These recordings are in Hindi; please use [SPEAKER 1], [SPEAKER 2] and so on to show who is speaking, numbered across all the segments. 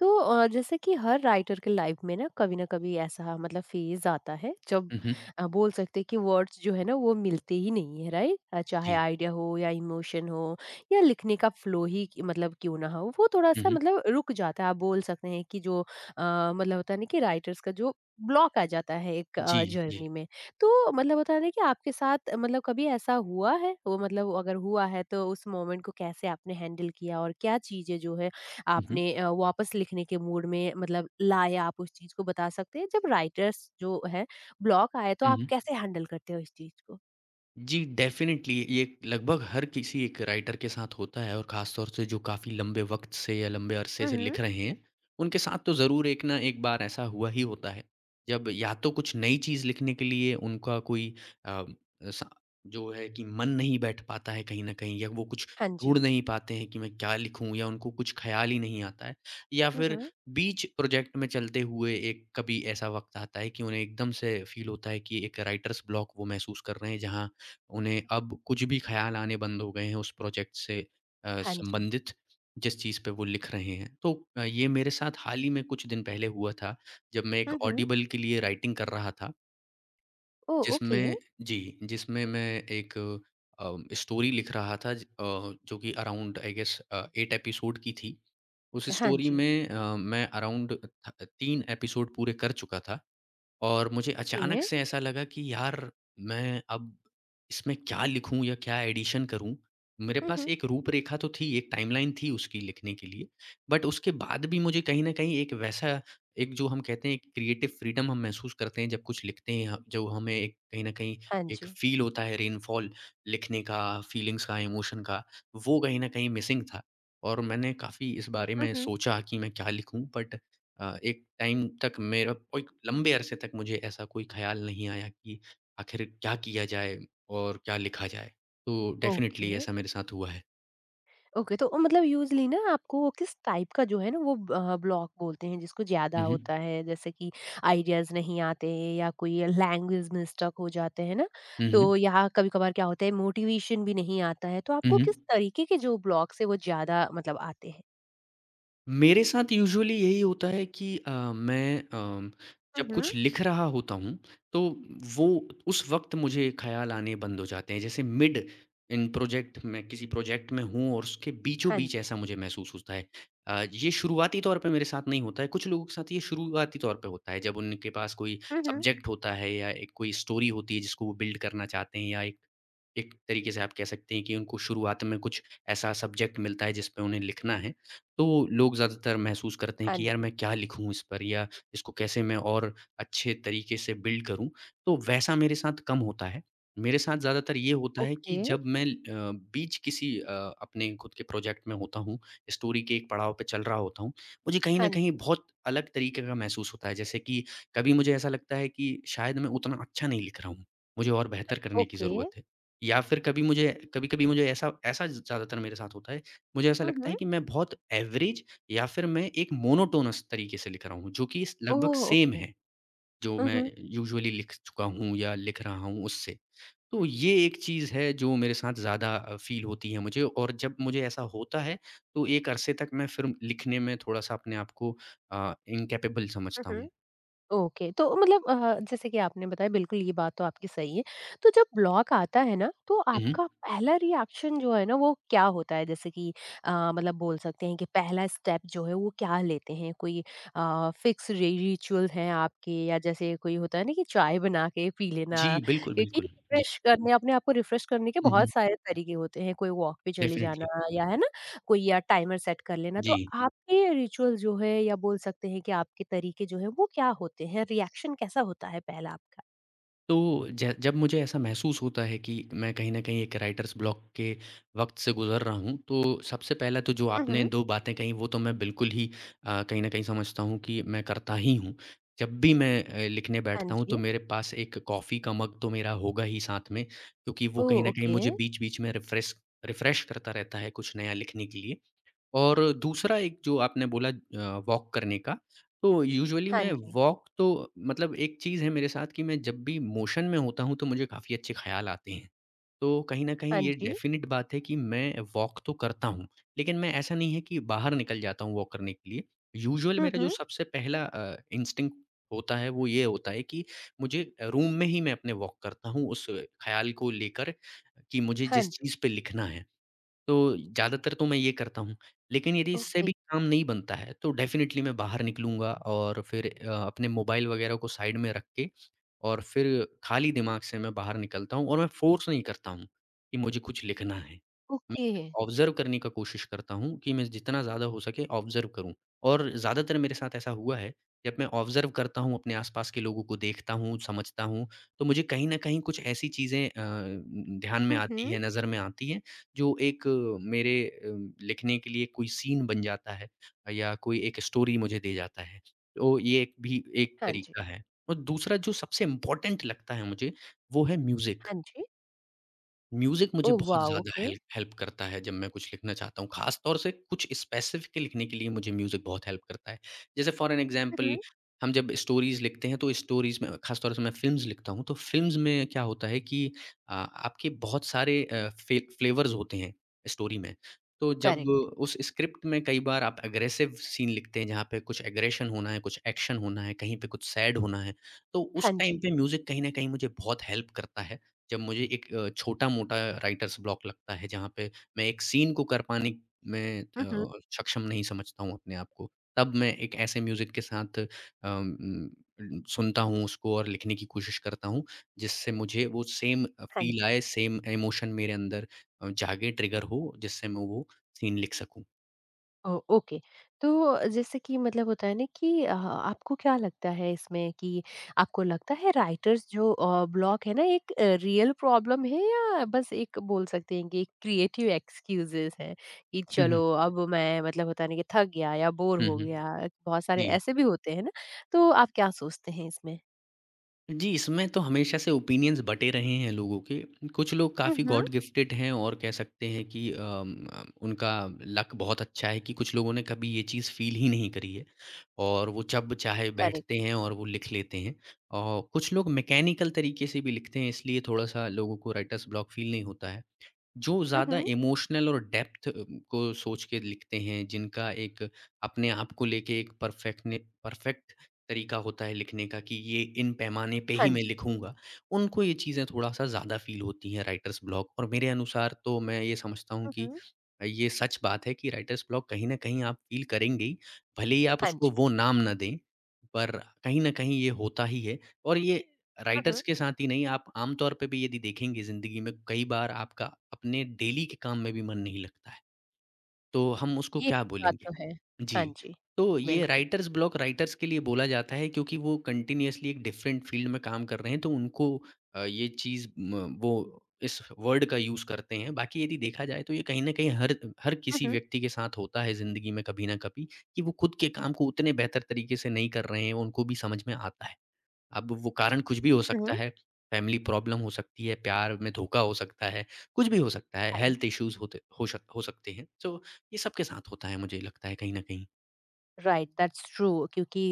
[SPEAKER 1] तो जैसे कि हर राइटर के लाइफ में ना कभी ऐसा मतलब फेज आता है जब
[SPEAKER 2] हुँ, हुँ।
[SPEAKER 1] बोल सकते हैं कि वर्ड्स जो है ना वो मिलते ही नहीं है, राइट? चाहे
[SPEAKER 2] जी।
[SPEAKER 1] आइडिया हो या इमोशन हो या लिखने का फ्लो ही मतलब क्यों ना हो, वो थोड़ा
[SPEAKER 2] हुँ,
[SPEAKER 1] सा
[SPEAKER 2] हुँ।
[SPEAKER 1] मतलब रुक जाता है। आप बोल सकते हैं कि जो मतलब होता है ना कि राइटर्स का जो ब्लॉक आ जाता है एक
[SPEAKER 2] जी, जी।
[SPEAKER 1] जर्नी में। तो मतलब होता है ना कि आपके साथ मतलब कभी ऐसा हुआ है वो? मतलब अगर हुआ है तो उस मोमेंट को कैसे आपने हैंडल किया और क्या चीजें जो है
[SPEAKER 2] हुँ, हुँ।
[SPEAKER 1] आपने वापस लिखने के मूड में मतलब लाए, आप उस चीज को बता सकते हैं? जब राइटर्स जो है ब्लॉक आए तो
[SPEAKER 2] हुँ,
[SPEAKER 1] आप
[SPEAKER 2] हुँ।
[SPEAKER 1] कैसे हैंडल करते हो इस चीज को?
[SPEAKER 2] जी, डेफ़िनेटली ये लगभग हर किसी एक राइटर के साथ होता है और ख़ास तौर से जो काफ़ी लंबे वक़्त से या लंबे अरसे से
[SPEAKER 1] हम्म।
[SPEAKER 2] लिख रहे हैं, उनके साथ तो ज़रूर एक ना एक बार ऐसा हुआ ही होता है। जब या तो कुछ नई चीज़ लिखने के लिए उनका कोई अ, स जो है कि मन नहीं बैठ पाता है कहीं न कहीं या वो कुछ
[SPEAKER 1] हाँ
[SPEAKER 2] ढूँढ
[SPEAKER 1] जी।
[SPEAKER 2] नहीं पाते हैं कि मैं क्या लिखूँ या उनको कुछ ख़्याल ही नहीं आता है। या फिर
[SPEAKER 1] हम्म।
[SPEAKER 2] बीच प्रोजेक्ट में चलते हुए एक कभी ऐसा वक़्त आता है कि उन्हें एकदम से फ़ील होता है कि एक राइटर्स ब्लॉक वो महसूस कर रहे हैं जहाँ उन्हें अब कुछ भी ख़्याल आने बंद हो गए हैं उस प्रोजेक्ट से
[SPEAKER 1] हाँ जी।
[SPEAKER 2] संबंधित जिस चीज़ पे वो लिख रहे हैं। तो ये मेरे साथ हाल ही में कुछ दिन पहले हुआ था, जब मैं एक
[SPEAKER 1] हम्म।
[SPEAKER 2] ऑडिबल के लिए राइटिंग कर रहा था,
[SPEAKER 1] ओ, ओके।
[SPEAKER 2] जिसमें जी, जिसमें मैं एक स्टोरी लिख रहा था जो कि अराउंड आई गेस 8 एपिसोड की थी। उस
[SPEAKER 1] हाँ
[SPEAKER 2] स्टोरी
[SPEAKER 1] जी।
[SPEAKER 2] में मैं अराउंड थ 3 एपिसोड पूरे कर चुका था। और मुझे अचानक
[SPEAKER 1] ओके।
[SPEAKER 2] से ऐसा लगा कि यार मैं अब इसमें क्या लिखूं या क्या एडिशन करूं मेरे पास
[SPEAKER 1] हम्म।
[SPEAKER 2] एक रूपरेखा तो थी एक टाइमलाइन थी उसकी लिखने के लिए बट उसके बाद भी मुझे कहीं ना कहीं एक वैसा एक जो हम कहते हैं क्रिएटिव फ्रीडम हम महसूस करते हैं जब कुछ लिखते हैं जो हमें एक कहीं ना कहीं
[SPEAKER 1] हाँ
[SPEAKER 2] एक
[SPEAKER 1] जी।
[SPEAKER 2] फील होता है रेनफॉल लिखने का फीलिंग्स का इमोशन का वो कहीं ना कहीं मिसिंग था और मैंने काफ़ी इस बारे में
[SPEAKER 1] हम्म।
[SPEAKER 2] सोचा कि मैं क्या लिखूं बट एक टाइम तक मेरा कोई लंबे अरसे तक मुझे ऐसा कोई ख़्याल नहीं आया कि आखिर क्या किया जाए और क्या लिखा जाए? तो डेफ़िनेटली
[SPEAKER 1] ओके।
[SPEAKER 2] ऐसा मेरे साथ हुआ है।
[SPEAKER 1] ओके, तो मतलब यूजली ना आपको वो किस टाइप का जो है ना वो ब्लॉक बोलते हैं जिसको ज्यादा
[SPEAKER 2] हुँ,
[SPEAKER 1] होता
[SPEAKER 2] हुँ।
[SPEAKER 1] है? जैसे कि आइडियाज नहीं आते या कोई लैंग्वेज में स्टक हो जाते हैं ना।
[SPEAKER 2] हुँ, हुँ।
[SPEAKER 1] तो यहाँ कभी कभार क्या होता है मोटिवेशन भी नहीं आता है, तो
[SPEAKER 2] हुँ,
[SPEAKER 1] आपको
[SPEAKER 2] हुँ।
[SPEAKER 1] किस तरीके के जो ब्लॉक से वो ज्यादा मतलब आते हैं?
[SPEAKER 2] मेरे साथ यूजुअली यही होता है कि मैं जब
[SPEAKER 1] हम्म।
[SPEAKER 2] कुछ लिख रहा होता हूँ, तो वो उस वक़्त मुझे ख़्याल आने बंद हो जाते हैं। जैसे मिड इन प्रोजेक्ट मैं किसी प्रोजेक्ट में हूँ और उसके
[SPEAKER 1] हाँ
[SPEAKER 2] बीचों-बीच
[SPEAKER 1] जी।
[SPEAKER 2] ऐसा मुझे महसूस होता है। ये शुरुआती तौर पे मेरे साथ नहीं होता है, कुछ लोगों के साथ ये शुरुआती तौर पे होता है, जब उनके पास कोई
[SPEAKER 1] हम्म।
[SPEAKER 2] सब्जेक्ट होता है या एक कोई स्टोरी होती है जिसको वो बिल्ड करना चाहते हैं या एक एक तरीके से आप कह सकते हैं कि उनको शुरुआत में कुछ ऐसा सब्जेक्ट मिलता है जिस पे उन्हें लिखना है। तो लोग ज़्यादातर महसूस करते हैं
[SPEAKER 1] हाँ
[SPEAKER 2] कि यार
[SPEAKER 1] जी।
[SPEAKER 2] मैं क्या लिखूँ इस पर या इसको कैसे मैं और अच्छे तरीके से बिल्ड करूँ। तो वैसा मेरे साथ कम होता है। मेरे साथ ज़्यादातर ये होता है कि
[SPEAKER 1] ओके।
[SPEAKER 2] जब मैं बीच किसी अपने खुद के प्रोजेक्ट में होता हूँ, स्टोरी के एक पड़ाव पे चल रहा होता हूँ, मुझे कहीं न
[SPEAKER 1] हाँ
[SPEAKER 2] कहीं
[SPEAKER 1] जी।
[SPEAKER 2] बहुत अलग तरीके का महसूस होता है। जैसे कि कभी मुझे ऐसा लगता है कि शायद मैं उतना अच्छा नहीं लिख रहा हूँ, मुझे और बेहतर करने की
[SPEAKER 1] ओके।
[SPEAKER 2] ज़रूरत है। या फिर कभी मुझे कभी-कभी मुझे ऐसा ऐसा ज़्यादातर मेरे साथ होता है मुझे ऐसा लगता
[SPEAKER 1] हम्म।
[SPEAKER 2] है कि मैं बहुत एवरेज या फिर मैं एक मोनोटोनस तरीके से लिख रहा हूँ, जो कि स लगभग
[SPEAKER 1] ओह,
[SPEAKER 2] सेम
[SPEAKER 1] ओके।
[SPEAKER 2] है, जो मैं
[SPEAKER 1] हम्म।
[SPEAKER 2] यूजुअली लिख चुका हूँ या लिख रहा हूँ उससे। तो ये एक चीज़ है जो मेरे साथ ज़्यादा फ़ील होती है मुझे और जब मुझे ऐसा होता है, तो एक अरसे तक मैं फिर लिखने में थोड़ा-सा अपने आप को इनकैपेबल समझता हूँ।
[SPEAKER 1] हम्म। ओके, तो मतलब जैसे कि आपने बताया बिल्कुल ये बात तो आपकी सही है। तो जब ब्लॉक आता है ना, तो
[SPEAKER 2] हुँ, हुँ।
[SPEAKER 1] आपका पहला रिएक्शन जो है ना वो क्या होता है? जैसे कि मतलब बोल सकते हैं कि पहला स्टेप जो है वो क्या लेते हैं? कोई फिक्स रि रिचुअल हैं आपके, या जैसे कोई होता है ना कि चाय बना के पी
[SPEAKER 2] जी,
[SPEAKER 1] लेना,
[SPEAKER 2] बिल्कुल,
[SPEAKER 1] क्योंकि
[SPEAKER 2] बिल्कुल। जी।
[SPEAKER 1] रिफ्रेश करने, अपने आप को रिफ्रेश करने के
[SPEAKER 2] हुँ, हुँ।
[SPEAKER 1] बहुत सारे तरीके होते हैं, कोई वॉक पे चले जाना
[SPEAKER 2] डेफ़िनिटली।
[SPEAKER 1] या है ना, कोई या टाइमर सेट कर लेना। तो
[SPEAKER 2] जी।
[SPEAKER 1] आपके रिचुअल जो है या बोल सकते हैं कि आपके तरीके जो हैं वो क्या होते हैं? रिएक्शन कैसा होता है पहला आपका?
[SPEAKER 2] तो ज जब मुझे ऐसा महसूस होता है कि मैं कहीं न कहीं एक राइटर्स ब्लॉक के वक़्त से गुज़र रहा हूँ, तो सबसे पहला तो जो
[SPEAKER 1] हुँ,
[SPEAKER 2] आपने
[SPEAKER 1] हुँ।
[SPEAKER 2] 2 बातें कहीं वो तो मैं बिल्कुल ही कहीं न कहीं समझता हूँ कि मैं करता ही हूँ। जब भी मैं लिखने
[SPEAKER 1] हाँ
[SPEAKER 2] बैठता हूँ तो
[SPEAKER 1] जी।
[SPEAKER 2] मेरे पास एक कॉफ़ी का मग तो मेरा होगा ही साथ में, क्योंकि वो
[SPEAKER 1] ओह!
[SPEAKER 2] कहीं न कहीं
[SPEAKER 1] ओके।
[SPEAKER 2] मुझे बीच-बीच में रिफ़्रेश रिफ़्रेश करता रहता है कुछ नया लिखने के लिए। और दूसरा एक जो आपने बोला वॉक करने का, तो यूजुअली
[SPEAKER 1] हाँ
[SPEAKER 2] मैं
[SPEAKER 1] जी।
[SPEAKER 2] वॉक तो मतलब एक चीज़ है मेरे साथ कि मैं जब भी मोशन में होता हूँ, तो मुझे काफ़ी अच्छे ख़्याल आते हैं। तो कहीं न कहीं
[SPEAKER 1] हाँ
[SPEAKER 2] ये
[SPEAKER 1] जी।
[SPEAKER 2] डेफ़िनिट बात है कि मैं वॉक तो करता हूँ, लेकिन मैं ऐसा नहीं है कि बाहर निकल जाता हूँ वॉक करने के लिए। यूजुअल
[SPEAKER 1] हुँ,
[SPEAKER 2] मेरा जो
[SPEAKER 1] हुँ।
[SPEAKER 2] सबसे पहला इंस्टिंक्ट होता है, वो ये होता है कि मुझे रूम में ही मैं अपने वॉक करता हूँ, उस ख़्याल को लेकर कि मुझे
[SPEAKER 1] हाँ
[SPEAKER 2] जिस
[SPEAKER 1] जी।
[SPEAKER 2] चीज़ पे लिखना है। तो ज़्यादातर तो मैं ये करता हूँ। लेकिन यदि इससे
[SPEAKER 1] ओके,
[SPEAKER 2] भी काम नहीं बनता है, तो डेफ़िनिटली मैं बाहर निकलूँगा और फिर अपने मोबाइल वग़ैरह को साइड में रख के और फिर खाली दिमाग से मैं बाहर निकलता हूँ और मैं फ़ोर्स नहीं करता हूँ कि मुझे कुछ लिखना है। मैं
[SPEAKER 1] ओके।
[SPEAKER 2] सिर्फ़ ऑब्ज़र्व करने का कोशिश करता हूँ कि मैं जितना ज़्यादा हो सके ऑब्ज़र्व करूँ और ज़्यादातर मेरे साथ ऐसा हुआ है, जब मैं ऑब्ज़र्व करता हूँ, अपने आस-पास के लोगों को देखता हूँ, समझता हूँ, तो मुझे कहीं न कहीं कुछ ऐसी चीज़ें ध्यान में
[SPEAKER 1] हुँ,
[SPEAKER 2] आती
[SPEAKER 1] हुँ।
[SPEAKER 2] हैं, नज़र में आती हैं जो एक मेरे लिखने के लिए कोई सीन बन जाता है या कोई एक स्टोरी मुझे दे जाता है। तो ये एक भी एक
[SPEAKER 1] हाँ जी।
[SPEAKER 2] तरीका है और दूसरा जो सबसे इम्पोर्टेंट लगता है मुझे, वो है म्यूज़िक।
[SPEAKER 1] हाँ जी।
[SPEAKER 2] म्यूज़िक मुझे
[SPEAKER 1] ओह
[SPEAKER 2] बहुत
[SPEAKER 1] वाओ!
[SPEAKER 2] ज़्यादा
[SPEAKER 1] ओके।
[SPEAKER 2] हेल्प हेल्प करता है जब मैं कुछ लिखना चाहता हूँ, ख़ास तौर से कुछ स्पेसिफ़िक लिखने के लिए मुझे म्यूज़िक बहुत हेल्प करता है। जैसे फॉर एन
[SPEAKER 1] हुँ,
[SPEAKER 2] एग्ज़ाम्पल
[SPEAKER 1] हुँ।
[SPEAKER 2] हम जब स्टोरीज़ लिखते हैं तो स्टोरीज़ में ख़ास तौर से मैं फ़िल्म्स लिखता हूँ, तो फ़िल्म्स में क्या होता है कि आपके बहुत सारे फ़े फ़्लेवर्स होते हैं स्टोरी में। तो जब
[SPEAKER 1] करेक्ट।
[SPEAKER 2] उस स्क्रिप्ट में कई बार आप एग्रेसिव सीन लिखते हैं जहाँ पे कुछ एग्रेशन होना है, कुछ एक्शन होना है, कहीं पे कुछ सैड होना है, तो उस
[SPEAKER 1] हाँ
[SPEAKER 2] टाइम
[SPEAKER 1] जी।
[SPEAKER 2] पे म्यूज़िक कहीं न कहीं मुझे बहुत हेल्प करता है। जब मुझे एक छोटा-मोटा राइटर्स ब्लॉक लगता है, जहाँ पे मैं एक सीन को कर पाने में
[SPEAKER 1] हुँ, हुँ।
[SPEAKER 2] सक्षम नहीं समझता हूँ अपने आप को, तब मैं एक ऐसे म्यूज़िक के साथ सुनता हूँ उसको और लिखने की कोशिश करता हूँ, जिससे मुझे वो सेम
[SPEAKER 1] हाँ
[SPEAKER 2] फ़ील
[SPEAKER 1] जी।
[SPEAKER 2] आए, सेम इमोशन मेरे अंदर जागे, ट्रिगर हो, जिससे मैं वो सीन लिख सकूँ।
[SPEAKER 1] ओ, ओके, तो जैसे कि मतलब होता है ना कि आपको क्या लगता है इसमें कि आपको लगता है राइटर्स जो ब्लॉक है ना एक रियल प्रॉब्लम है, या बस एक बोल सकते हैं कि क्रिएटिव एक्सक्यूजेस है कि
[SPEAKER 2] हुँ, हुँ।
[SPEAKER 1] चलो अब मैं मतलब होता है ना कि थक गया या बोर
[SPEAKER 2] हुँ,
[SPEAKER 1] हो
[SPEAKER 2] हुँ।
[SPEAKER 1] गया? बहुत सारे
[SPEAKER 2] जी।
[SPEAKER 1] ऐसे भी होते हैं ना। तो आप क्या सोचते हैं इसमें?
[SPEAKER 2] जी, इसमें तो हमेशा से ओपिनियंस बटे रहे हैं लोगों के। कुछ लोग काफ़ी
[SPEAKER 1] हम्म।
[SPEAKER 2] गॉड गिफ्टेड हैं और कह सकते हैं कि उनका लक बहुत अच्छा है कि कुछ लोगों ने कभी ये चीज़ फ़ील ही नहीं करी है और वो जब चाहे बैठते
[SPEAKER 1] करेक्ट।
[SPEAKER 2] हैं और वो लिख लेते हैं। और कुछ लोग मैकेनिकल तरीके से भी लिखते हैं इसलिए थोड़ा-सा लोगों को राइटर्स ब्लॉक फ़ील नहीं होता है। जो ज़्यादा
[SPEAKER 1] हम्म।
[SPEAKER 2] इमोशनल और डेप्थ को सोच के लिखते हैं, जिनका एक अपने आप को लेके एक परफेक्ट तरीका होता है लिखने का कि ये इन पैमाने पे
[SPEAKER 1] हाँ
[SPEAKER 2] ही मैं
[SPEAKER 1] जी।
[SPEAKER 2] लिखूँगा, उनको ये चीज़ें थोड़ा-सा ज़्यादा फ़ील होती हैं राइटर्स ब्लॉक और मेरे अनुसार तो मैं ये समझता हूँ कि
[SPEAKER 1] हम्म।
[SPEAKER 2] ये सच बात है कि राइटर्स ब्लॉक कहीं न कहीं आप फ़ील करेंगे ही, भले ही आप
[SPEAKER 1] हाँ
[SPEAKER 2] उसको
[SPEAKER 1] जी।
[SPEAKER 2] वो नाम ना दें, पर कहीं न कहीं ये होता ही है और ये राइटर्स
[SPEAKER 1] हम्म।
[SPEAKER 2] के साथ ही नहीं, आप आमतौर पे भी यदि देखेंगे ज़िंदगी में कई बार आपका अपने डेली के काम में भी मन नहीं लगता है, तो हम उसको
[SPEAKER 1] ये
[SPEAKER 2] क्या
[SPEAKER 1] बात
[SPEAKER 2] बोलेंगे?
[SPEAKER 1] तो है। हाँ
[SPEAKER 2] जी,
[SPEAKER 1] जी।
[SPEAKER 2] तो ये
[SPEAKER 1] बिल्कुल।
[SPEAKER 2] राइटर्स ब्लॉक राइटर्स के लिए बोला जाता है क्योंकि वो कंटिन्यूअसली एक डिफरेंट फ़ील्ड में काम कर रहे हैं, तो उनको ये चीज़ म वो इस वर्ड का यूज़ करते हैं। बाकी यदि देखा जाए तो ये कहीं न कहीं हर हर किसी
[SPEAKER 1] हम्म।
[SPEAKER 2] व्यक्ति के साथ होता है ज़िंदगी में कभी न कभी कि वो खुद के काम को उतने बेहतर तरीके से नहीं कर रहे हैं, उनको भी समझ में आता है। अब वो कारण कुछ भी हो सकता
[SPEAKER 1] हम्म।
[SPEAKER 2] है, फैमिली प्रॉब्लम हो सकती है, प्यार में धोखा हो सकता है, कुछ भी हो सकता है,
[SPEAKER 1] हाँ
[SPEAKER 2] हेल्थ
[SPEAKER 1] जी।
[SPEAKER 2] इश्यूज़ होते हो शक हो सकते हैं। सो ये सबके साथ होता है मुझे लगता है कहीं न कहीं।
[SPEAKER 1] Right, that's true. क्योंकि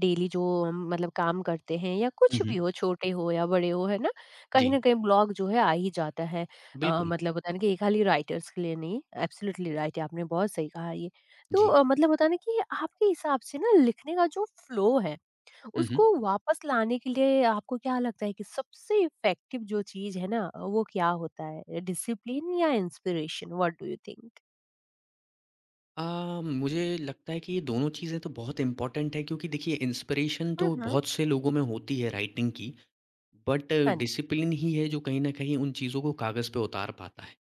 [SPEAKER 1] डेली जो हम मतलब काम करते हैं या
[SPEAKER 2] हुँ,
[SPEAKER 1] कुछ
[SPEAKER 2] हुँ।
[SPEAKER 1] भी हो, छोटे हो या बड़े हो, है ना, कहीं
[SPEAKER 2] जी,
[SPEAKER 1] ना कहीं ब्लॉग जो है आ ही जाता है।
[SPEAKER 2] बिल्कुल।
[SPEAKER 1] मतलब बताने कि ये खाली राइटर्स के लिए नहीं, एब्सोल्युटली राइट है, आपने बहुत सही कहा ये। तो
[SPEAKER 2] जी।
[SPEAKER 1] मतलब बताने कि आपके हिसाब से ना लिखने का जो फ्लो है
[SPEAKER 2] हुँ, हुँ।
[SPEAKER 1] उसको वापस लाने के लिए आपको क्या लगता है कि सबसे इफेक्टिव जो चीज है ना वो क्या होता है, डिसिप्लिन या inspiration? What do you think?
[SPEAKER 2] Uh, मुझे लगता है कि ये दोनों चीज़ें तो बहुत इम्पोर्टेंट है क्योंकि देखिए इंस्पिरेशन तो
[SPEAKER 1] हम्म।
[SPEAKER 2] बहुत से लोगों में होती है राइटिंग की, बट
[SPEAKER 1] हाँ जी।
[SPEAKER 2] डिसिप्लिन ही है जो कहीं न कहीं उन चीज़ों को कागज़ पे उतार पाता है।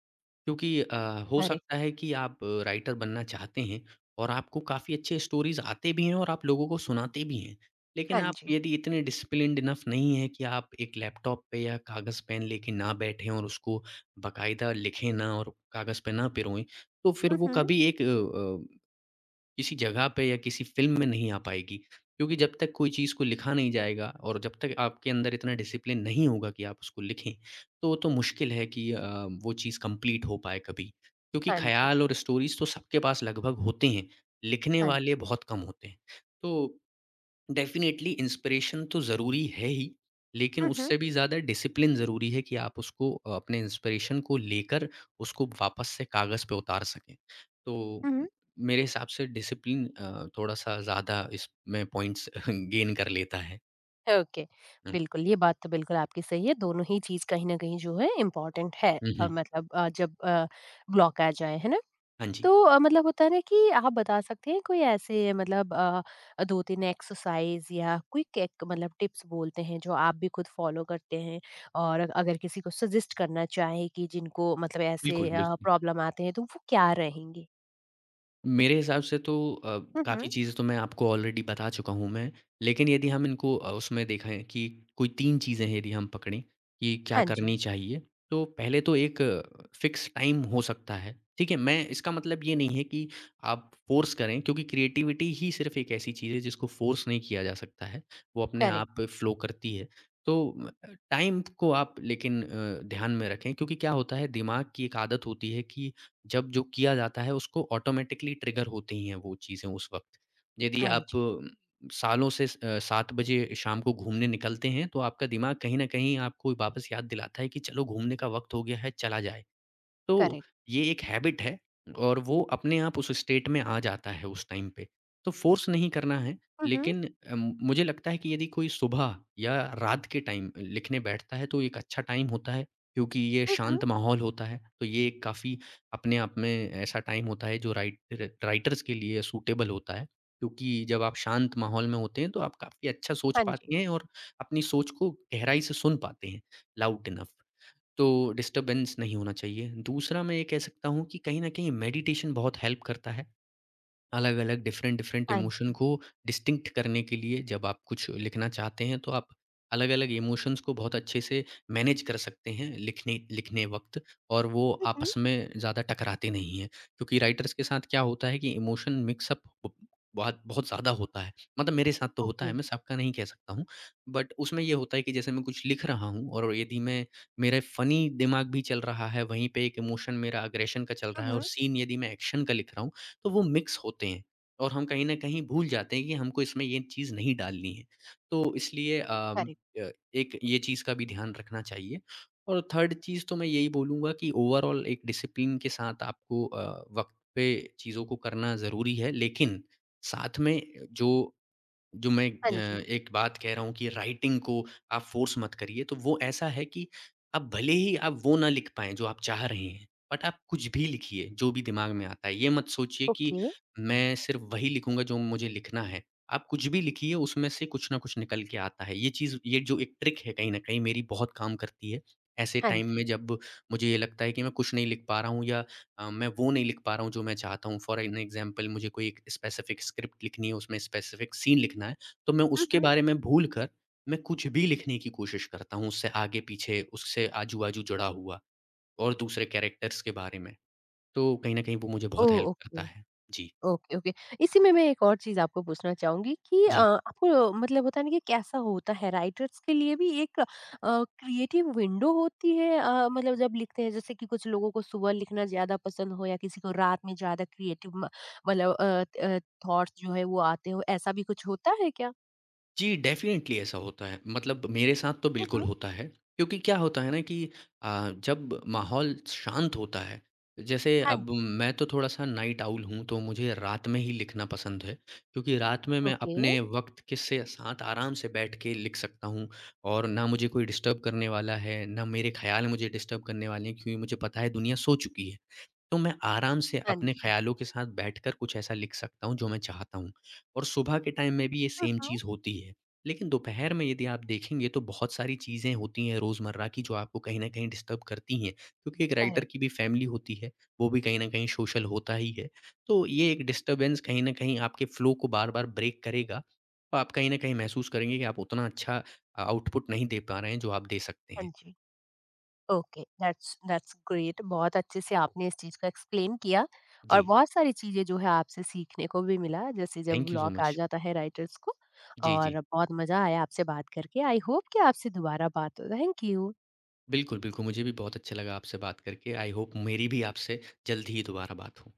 [SPEAKER 2] क्योंकि हो
[SPEAKER 1] अरे।
[SPEAKER 2] सकता है कि आप राइटर बनना चाहते हैं और आपको काफ़ी अच्छे स्टोरीज़ आते भी हैं और आप लोगों को सुनाते भी हैं। लेकिन
[SPEAKER 1] हाँ
[SPEAKER 2] आप
[SPEAKER 1] जी।
[SPEAKER 2] यदि इतने डिसिप्लिन्ड इनफ नहीं हैं कि आप एक लैपटॉप पे या कागज़ पेन लेके ना बैठें और उसको बाकायदा लिखें ना और कागज़ पे ना पिरोएँ, तो फिर वो
[SPEAKER 1] हम्म।
[SPEAKER 2] कभी अ, किसी जगह पे या किसी फ़िल्म में नहीं आ पाएगी। क्योंकि जब तक कोई चीज़ को लिखा नहीं जाएगा और जब तक आपके अंदर इतना डिसिप्लिन नहीं होगा कि आप उसको लिखें, तो मुश्किल है कि वो चीज़ कंप्लीट हो पाए कभी। क्योंकि
[SPEAKER 1] हाँ जी।
[SPEAKER 2] ख़्याल और स्टोरीज़ तो सबके पास लगभग होते हैं, लिखने
[SPEAKER 1] हाँ जी।
[SPEAKER 2] वाले बहुत कम होते हैं। तो डेफ़िनेटली इंस्पिरेशन तो ज़रूरी है ही, लेकिन
[SPEAKER 1] हुँ, हुँ।
[SPEAKER 2] उससे भी ज़्यादा डिसिप्लिन ज़रूरी है कि आप उसको अपने इंस्पिरेशन को लेकर उसको वापस से कागज़ पे उतार सकें। तो
[SPEAKER 1] हुँ, हुँ।
[SPEAKER 2] मेरे हिसाब से डिसिप्लिन थोड़ा-सा ज़्यादा इसमें पॉइंट्स गेन कर लेता है।
[SPEAKER 1] ओके।
[SPEAKER 2] हुँ।
[SPEAKER 1] बिल्कुल, ये बात तो बिल्कुल आपकी सही है, दोनों ही चीज़ कहीं न कहीं जो है इम्पोर्टेंट है।
[SPEAKER 2] हुँ, हुँ।
[SPEAKER 1] मतलब जब ब्लॉक आ जाए, है ना?
[SPEAKER 2] हाँ जी।
[SPEAKER 1] तो मतलब होता है ना कि आप बता सकते हैं कोई ऐसे मतलब 2-3 एक्सरसाइज़ या क्विक एक मतलब टिप्स बोलते हैं जो आप भी खुद फ़ॉलो करते हैं, और अगर किसी को सजेस्ट करना चाहें कि जिनको मतलब
[SPEAKER 2] बिल्कुल,
[SPEAKER 1] ऐसे
[SPEAKER 2] बिल्कुल।
[SPEAKER 1] प्रॉब्लम आते हैं तो वो क्या रहेंगे?
[SPEAKER 2] मेरे हिसाब से तो
[SPEAKER 1] हुँ,
[SPEAKER 2] काफ़ी
[SPEAKER 1] हुँ।
[SPEAKER 2] चीज़ें तो मैं आपको ऑलरेडी बता चुका हूँ मैं। लेकिन यदि हम इनको उसमें देखें कि कोई 3 चीज़ें हैं यदि हम पकड़ें कि क्या
[SPEAKER 1] हाँ जी,
[SPEAKER 2] करनी चाहिए, तो पहले तो एक फ़िक्स टाइम हो सकता है, ठीक है? मैं इसका मतलब ये नहीं है कि आप फ़ोर्स करें क्योंकि क्रिएटिविटी ही सिर्फ़ एक ऐसी चीज़ है जिसको फ़ोर्स नहीं किया जा सकता है, वो अपने
[SPEAKER 1] करेक्ट।
[SPEAKER 2] आप फ़्लो करती है। तो टाइम को आप लेकिन ध्यान में रखें क्योंकि क्या होता है दिमाग की एक आदत होती है कि जब जो किया जाता है उसको ऑटोमेटिकली ट्रिगर होती हैं वो चीज़ें उस वक़्त। यदि
[SPEAKER 1] हाँ
[SPEAKER 2] आप
[SPEAKER 1] जी,
[SPEAKER 2] सालों से 7 बजे शाम को घूमने निकलते हैं तो आपका दिमाग कहीं न कहीं आपको वापस याद दिलाता है कि चलो घूमने का वक़्त हो गया है, चला जाए। तो
[SPEAKER 1] करेक्ट।
[SPEAKER 2] ये एक हैबिट है और वो अपने आप उस स्टेट में आ जाता है उस टाइम पे। तो फ़ोर्स नहीं करना है
[SPEAKER 1] हुँ, हुँ।
[SPEAKER 2] लेकिन मुझे लगता है कि यदि कोई सुबह या रात के टाइम लिखने बैठता है तो एक अच्छा टाइम होता है क्योंकि ये
[SPEAKER 1] हुँ, हुँ।
[SPEAKER 2] शांत माहौल होता है। तो ये एक काफ़ी अपने आप में ऐसा टाइम होता है जो राइटर्स के लिए सूटेबल होता है। क्योंकि जब आप शांत माहौल में होते हैं तो आप काफ़ी अच्छा सोच
[SPEAKER 1] हाँ जी।
[SPEAKER 2] पाते हैं और अपनी सोच को गहराई से सुन पाते हैं, लाउड इनफ। तो डिस्टरबेंस नहीं होना चाहिए। दूसरा मैं ये कह सकता हूँ कि कहीं न कहीं मेडिटेशन बहुत हेल्प करता है। अलग-अलग, डिफ़रेंट-डिफ़रेंट
[SPEAKER 1] हाँ
[SPEAKER 2] इमोशन
[SPEAKER 1] जी।
[SPEAKER 2] को डिस्टिंक्ट करने के लिए जब आप कुछ लिखना चाहते हैं, तो आप अलग-अलग इमोशंस को बहुत अच्छे से मैनेज कर सकते हैं लिखने लिखने वक़्त और वो
[SPEAKER 1] हुँ, हुँ।
[SPEAKER 2] आपस में ज़्यादा टकराते नहीं हैं। क्योंकि राइटर्स के साथ क्या होता है कि इमोशन मिक्सअप ब बहुत बहुत ज़्यादा होता है। मतलब मेरे साथ तो होता
[SPEAKER 1] ओके।
[SPEAKER 2] है, मैं सबका नहीं कह सकता हूँ। बट उसमें ये होता है कि जैसे मैं कुछ लिख रहा हूँ और यदि मैं मेरा फ़नी दिमाग भी चल रहा है, वहीं पे एक इमोशन मेरा एग्रेशन का चल
[SPEAKER 1] हुँ,
[SPEAKER 2] रहा है और
[SPEAKER 1] हुँ।
[SPEAKER 2] सीन यदि मैं एक्शन का लिख रहा हूँ, तो वो मिक्स होते हैं और हम कहीं न कहीं भूल जाते हैं कि हमको इसमें ये चीज़ नहीं डालनी है। तो इसलिए
[SPEAKER 1] करेक्ट।
[SPEAKER 2] अ, एक ये चीज़ का भी ध्यान रखना चाहिए और थर्ड चीज़ तो मैं यही बोलूँगा कि ओवरऑल एक डिसिप्लिन के साथ आपको वक़्त पे चीज़ों को करना ज़रूरी है, लेकिन साथ में जो जो मैं
[SPEAKER 1] हाँ जी।
[SPEAKER 2] एक बात कह रहा हूँ कि राइटिंग को आप फ़ोर्स मत करिए, तो वो ऐसा है कि आप भले ही आप वो ना लिख पाएँ जो आप चाह रहे हैं, बट आप कुछ भी लिखिए, जो भी दिमाग में आता है। ये मत सोचिए कि
[SPEAKER 1] ओके।
[SPEAKER 2] मैं सिर्फ़ वही लिखूँगा जो मुझे लिखना है। आप कुछ भी लिखिए, उसमें से कुछ ना कुछ निकल के आता है। ये चीज़ ये जो एक ट्रिक है कहीं न कहीं मेरी बहुत काम करती है। ऐसे
[SPEAKER 1] हाँ
[SPEAKER 2] टाइम में
[SPEAKER 1] जी।
[SPEAKER 2] जब मुझे ये लगता है कि मैं कुछ नहीं लिख पा रहा हूँ या मैं वो नहीं लिख पा रहा हूँ जो मैं चाहता हूँ। फॉर एन एग्ज़ाम्पल मुझे कोई एक स्पेसिफ़िक स्क्रिप्ट लिखनी है, उसमें स्पेसिफ़िक सीन लिखना है, तो मैं
[SPEAKER 1] हुँ,
[SPEAKER 2] उसके
[SPEAKER 1] हुँ।
[SPEAKER 2] बारे में भूल कर मैं कुछ भी लिखने की कोशिश करता हूँ, उससे आगे-पीछे, उससे आजू-बाजू जुड़ा हुआ और दूसरे कैरेक्टर्स के बारे में। तो कहीं न कहीं वो मुझे बहुत
[SPEAKER 1] ओह!
[SPEAKER 2] हेल्प करता
[SPEAKER 1] ओके,
[SPEAKER 2] है। जी,
[SPEAKER 1] ओके, ओके। इसी में मैं एक और चीज़ आपको पूछना चाहूँगी कि
[SPEAKER 2] जी।
[SPEAKER 1] आपको मतलब होता है ना कि कैसा होता है, राइटर्स के लिए भी एक क्रिएटिव विंडो होती है, मतलब जब लिखते हैं, जैसे कि कुछ लोगों को सुबह लिखना ज़्यादा पसंद हो या किसी को रात में ज़्यादा क्रिएटिव म मतलब अ अ, थॉट्स जो है वो आते हो, ऐसा भी कुछ होता है क्या?
[SPEAKER 2] जी, डेफ़िनेटली ऐसा होता है। मतलब मेरे साथ तो
[SPEAKER 1] हुँ,
[SPEAKER 2] बिल्कुल
[SPEAKER 1] हुँ।
[SPEAKER 2] होता है, क्योंकि क्या होता है ना कि जब माहौल शांत होता है, जैसे
[SPEAKER 1] हाँ
[SPEAKER 2] अब
[SPEAKER 1] जी।
[SPEAKER 2] मैं तो थोड़ा-सा नाइट आउल हूँ, तो मुझे रात में ही लिखना पसंद है, क्योंकि रात में मैं
[SPEAKER 1] ओके।
[SPEAKER 2] अपने वक़्त के से साथ आराम से बैठ के लिख सकता हूँ और ना मुझे कोई डिस्टर्ब करने वाला है, ना मेरे ख़्याल मुझे डिस्टर्ब करने वाले हैं, क्योंकि मुझे पता है दुनिया सो चुकी है। तो मैं आराम से
[SPEAKER 1] हाँ
[SPEAKER 2] अपने
[SPEAKER 1] जी।
[SPEAKER 2] ख़्यालों के साथ बैठकर कुछ ऐसा लिख सकता हूँ जो मैं चाहता हूँ और सुबह के टाइम में भी ये
[SPEAKER 1] हुँ,
[SPEAKER 2] सेम
[SPEAKER 1] हुँ।
[SPEAKER 2] चीज़ होती है। लेकिन दोपहर में यदि आप देखेंगे तो बहुत सारी चीज़ें होती हैं रोज़मर्रा की जो आपको कहीं न कहीं डिस्टर्ब करती हैं, क्योंकि एक राइटर
[SPEAKER 1] करेक्ट।
[SPEAKER 2] की भी फ़ैमिली होती है, वो भी कहीं न कहीं सोशल होता ही है। तो ये एक डिस्टर्बेंस कहीं न कहीं आपके फ़्लो को बार-बार ब्रेक करेगा। तो आप कहीं न कहीं महसूस करेंगे कि आप उतना अच्छा आउटपुट नहीं दे पा रहे हैं जो आप दे सकते हैं।
[SPEAKER 1] हाँ जी। Okay, that's that's great. बहुत अच्छे से आपने इस चीज़ को एक्सप्लेन किया,
[SPEAKER 2] जी,
[SPEAKER 1] और बहुत सारी चीज़ें जो है आपसे सीखने को भी मिला, जैसे जब
[SPEAKER 2] थैंक यू सो
[SPEAKER 1] ब्लॉक आ
[SPEAKER 2] मच।
[SPEAKER 1] जाता है राइटर्स को।
[SPEAKER 2] जी, जी।
[SPEAKER 1] और बहुत मज़ा आया आपसे बात करके। आई होप कि आपसे दोबारा बात हो। Thank you.
[SPEAKER 2] बिल्कुल, बिल्कुल। मुझे भी बहुत अच्छा लगा आपसे बात करके। आई होप मेरी भी आपसे जल्द ही दोबारा बात हो।